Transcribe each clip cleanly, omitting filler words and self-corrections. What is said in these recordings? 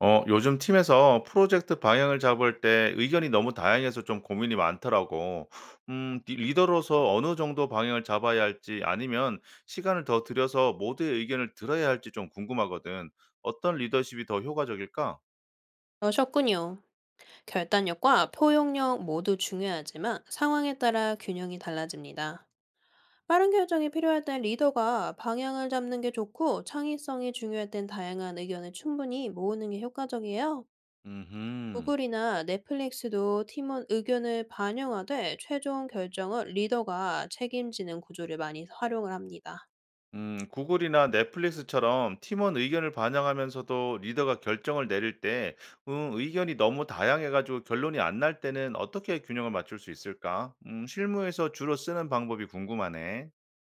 요즘 팀에서 프로젝트 방향을 잡을 때 의견이 너무 다양해서 좀 고민이 많더라고. 리더로서 어느 정도 방향을 잡아야 할지 아니면 시간을 더 들여서 모두의 의견을 들어야 할지 좀 궁금하거든. 어떤 리더십이 더 효과적일까? 그러셨군요. 결단력과 포용력 모두 중요하지만 상황에 따라 균형이 달라집니다. 빠른 결정이 필요할 땐 리더가 방향을 잡는 게 좋고 창의성이 중요할 땐 다양한 의견을 충분히 모으는 게 효과적이에요. 음흠. 구글이나 넷플릭스도 팀원 의견을 반영하되 최종 결정을 리더가 책임지는 구조를 많이 활용을 합니다. 구글이나 넷플릭스처럼 팀원 의견을 반영하면서도 리더가 결정을 내릴 때, 의견이 너무 다양해가지고 결론이 안 날 때는 어떻게 균형을 맞출 수 있을까? 실무에서 주로 쓰는 방법이 궁금하네.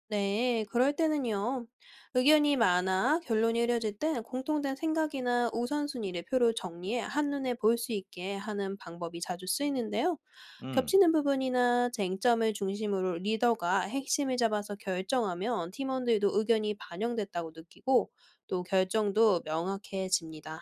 네, 그럴 때는요. 의견이 많아 결론이 이뤄질 땐 공통된 생각이나 우선순위를 표로 정리해 한눈에 볼 수 있게 하는 방법이 자주 쓰이는데요. 음. 겹치는 부분이나 쟁점을 중심으로 리더가 핵심을 잡아서 결정하면 팀원들도 의견이 반영됐다고 느끼고 또 결정도 명확해집니다.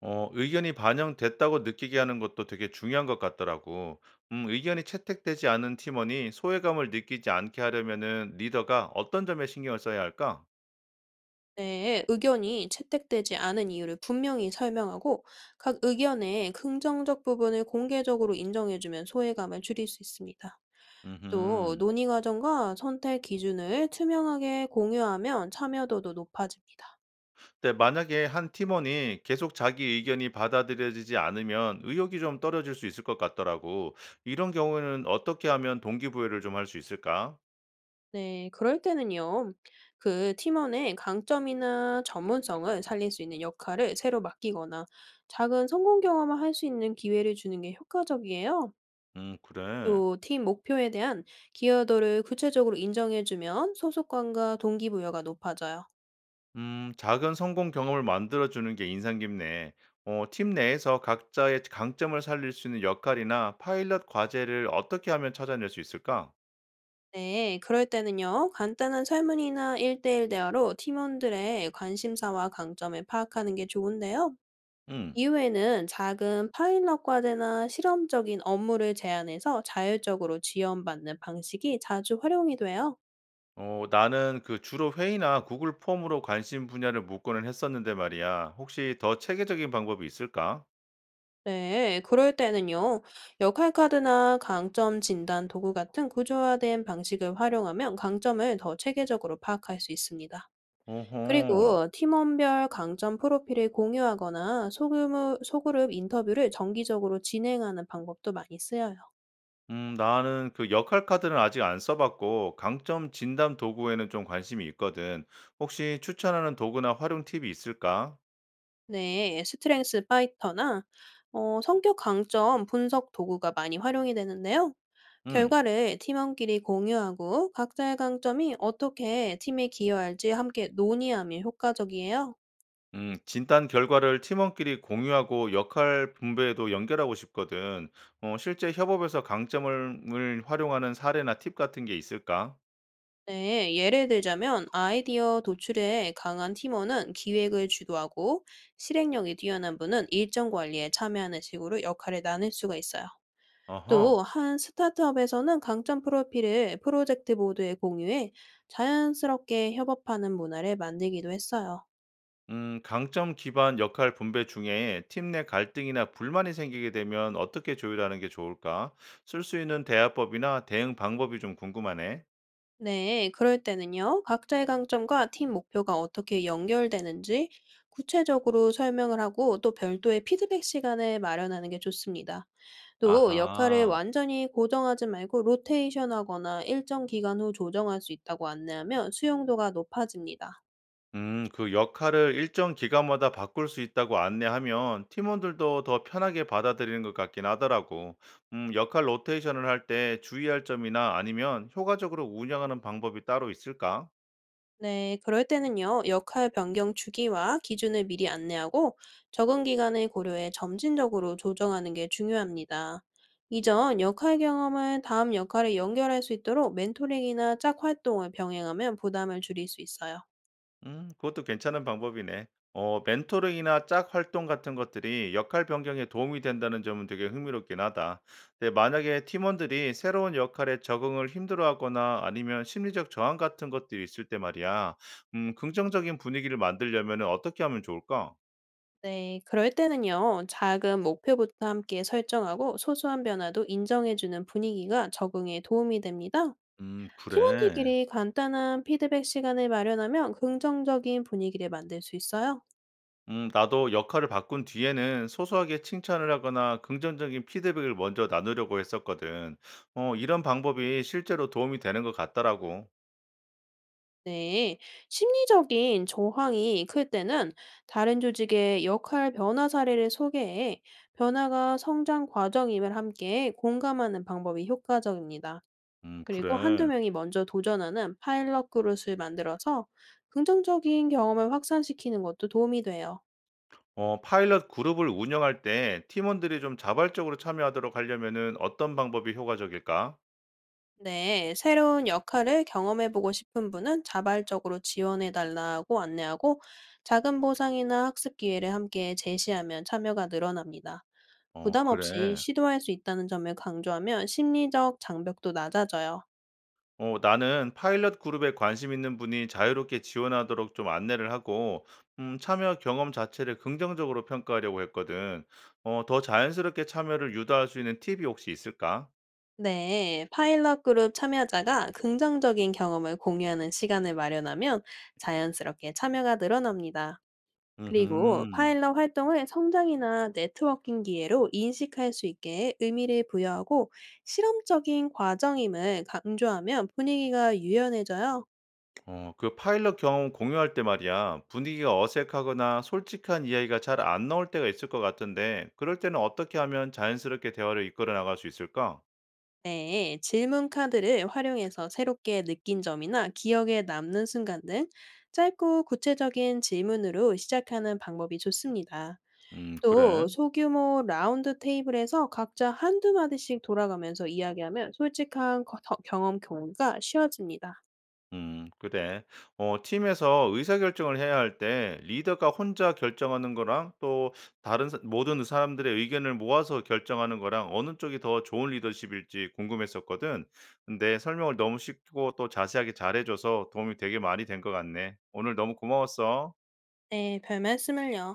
의견이 반영됐다고 느끼게 하는 것도 되게 중요한 것 같더라고. 의견이 채택되지 않은 팀원이 소외감을 느끼지 않게 하려면은 리더가 어떤 점에 신경을 써야 할까? 네, 의견이 채택되지 않은 이유를 분명히 설명하고 각 의견의 긍정적 부분을 공개적으로 인정해주면 소외감을 줄일 수 있습니다. 또 음 논의 과정과 선택 기준을 투명하게 공유하면 참여도도 높아집니다. 근데 만약에 한 팀원이 계속 자기 의견이 받아들여지지 않으면 의욕이 좀 떨어질 수 있을 것 같더라고. 이런 경우에는 어떻게 하면 동기부여를 좀 할 수 있을까? 네, 그럴 때는요. 그 팀원의 강점이나 전문성을 살릴 수 있는 역할을 새로 맡기거나 작은 성공 경험을 할 수 있는 기회를 주는 게 효과적이에요. 그래. 또 팀 목표에 대한 기여도를 구체적으로 인정해주면 소속감과 동기부여가 높아져요. 작은 성공 경험을 만들어주는 게 인상 깊네. 팀 내에서 각자의 강점을 살릴 수 있는 역할이나 파일럿 과제를 어떻게 하면 찾아낼 수 있을까? 네, 그럴 때는요, 간단한 설문이나 1대1 대화로 팀원들의 관심사와 강점을 파악하는 게 좋은데요. 음, 이후에는 작은 파일럿 과제나 실험적인 업무를 제안해서 자율적으로 지원받는 방식이 자주 활용이 돼요. 나는 그 주로 회의나 구글 폼으로 관심 분야를 묻고는 했었는데 말이야. 혹시 더 체계적인 방법이 있을까? 네, 그럴 때는요, 역할 카드나 강점 진단 도구 같은 구조화된 방식을 활용하면 강점을 더 체계적으로 파악할 수 있습니다. 어허. 그리고 팀원별 강점 프로필을 공유하거나 소규모 소그룹 인터뷰를 정기적으로 진행하는 방법도 많이 쓰여요. 나는 그 역할 카드는 아직 안 써봤고, 강점 진단 도구에는 좀 관심이 있거든. 혹시 추천하는 도구나 활용 팁이 있을까? 네, 스트렝스 파이터나 성격 강점 분석 도구가 많이 활용이 되는데요. 음. 결과를 팀원끼리 공유하고 각자의 강점이 어떻게 팀에 기여할지 함께 논의하면 효과적이에요. 진단 결과를 팀원끼리 공유하고 역할 분배에도 연결하고 싶거든. 실제 협업에서 강점을 활용하는 사례나 팁 같은 게 있을까? 네, 예를 들자면 아이디어 도출에 강한 팀원은 기획을 주도하고 실행력이 뛰어난 분은 일정 관리에 참여하는 식으로 역할을 나눌 수가 있어요. 어허. 또 한 스타트업에서는 강점 프로필을 프로젝트 보드에 공유해 자연스럽게 협업하는 문화를 만들기도 했어요. 강점 기반 역할 분배 중에 팀 내 갈등이나 불만이 생기게 되면 어떻게 조율하는 게 좋을까? 쓸 수 있는 대화법이나 대응 방법이 좀 궁금하네. 네, 그럴 때는요, 각자의 강점과 팀 목표가 어떻게 연결되는지 구체적으로 설명을 하고 또 별도의 피드백 시간을 마련하는 게 좋습니다. 또 역할을 아하. 완전히 고정하지 말고 로테이션하거나 일정 기간 후 조정할 수 있다고 안내하면 수용도가 높아집니다. 그 역할을 일정 기간마다 바꿀 수 있다고 안내하면 팀원들도 더 편하게 받아들이는 것 같긴 하더라고. 역할 로테이션을 할 때 주의할 점이나 아니면 효과적으로 운영하는 방법이 따로 있을까? 네, 그럴 때는요, 역할 변경 주기와 기준을 미리 안내하고 적응 기간을 고려해 점진적으로 조정하는 게 중요합니다. 이전 역할 경험을 다음 역할에 연결할 수 있도록 멘토링이나 짝 활동을 병행하면 부담을 줄일 수 있어요. 그것도 괜찮은 방법이네. 멘토링이나 짝 활동 같은 것들이 역할 변경에 도움이 된다는 점은 되게 흥미롭긴 하다. 근데 만약에 팀원들이 새로운 역할에 적응을 힘들어하거나 아니면 심리적 저항 같은 것들이 있을 때 말이야. 긍정적인 분위기를 만들려면 어떻게 하면 좋을까? 네, 그럴 때는요, 작은 목표부터 함께 설정하고 소소한 변화도 인정해주는 분위기가 적응에 도움이 됩니다. 그래. 팀원들끼리 간단한 피드백 시간을 마련하면 긍정적인 분위기를 만들 수 있어요. 나도 역할을 바꾼 뒤에는 소소하게 칭찬을 하거나 긍정적인 피드백을 먼저 나누려고 했었거든. 이런 방법이 실제로 도움이 되는 것 같더라고. 네, 심리적인 저항이 클 때는 다른 조직의 역할 변화 사례를 소개해 변화가 성장 과정임을 함께 공감하는 방법이 효과적입니다. 그래. 그리고 한두 명이 먼저 도전하는 파일럿 그룹을 만들어서 긍정적인 경험을 확산시키는 것도 도움이 돼요. 파일럿 그룹을 운영할 때 팀원들이 좀 자발적으로 참여하도록 하려면은 어떤 방법이 효과적일까? 네, 새로운 역할을 경험해보고 싶은 분은 자발적으로 지원해달라고 안내하고 작은 보상이나 학습 기회를 함께 제시하면 참여가 늘어납니다. 어, 부담 없이 그래. 시도할 수 있다는 점을 강조하면 심리적 장벽도 낮아져요. 나는 파일럿 그룹에 관심 있는 분이 자유롭게 지원하도록 좀 안내를 하고, 참여 경험 자체를 긍정적으로 평가하려고 했거든. 더 자연스럽게 참여를 유도할 수 있는 팁이 혹시 있을까? 네, 파일럿 그룹 참여자가 긍정적인 경험을 공유하는 시간을 마련하면 자연스럽게 참여가 늘어납니다. 그리고 음 파일럿 활동을 성장이나 네트워킹 기회로 인식할 수 있게 의미를 부여하고 실험적인 과정임을 강조하면 분위기가 유연해져요. 그 파일럿 경험 공유할 때 말이야, 분위기가 어색하거나 솔직한 이야기가 잘 안 나올 때가 있을 것 같은데, 그럴 때는 어떻게 하면 자연스럽게 대화를 이끌어 나갈 수 있을까? 네, 질문 카드를 활용해서 새롭게 느낀 점이나 기억에 남는 순간 등 짧고 구체적인 질문으로 시작하는 방법이 좋습니다. 또 그래. 소규모 라운드 테이블에서 각자 한두 마디씩 돌아가면서 이야기하면 솔직한 거험 경험 공유가 쉬워집니다. 그래. 팀에서 의사결정을 해야 할 때 리더가 혼자 결정하는 거랑 또 모든 사람들의 의견을 모아서 결정하는 거랑 어느 쪽이 더 좋은 리더십일지 궁금했었거든. 근데 설명을 너무 쉽고 또 자세하게 잘해줘서 도움이 되게 많이 된 것 같네. 오늘 너무 고마웠어. 네, 별 말씀을요.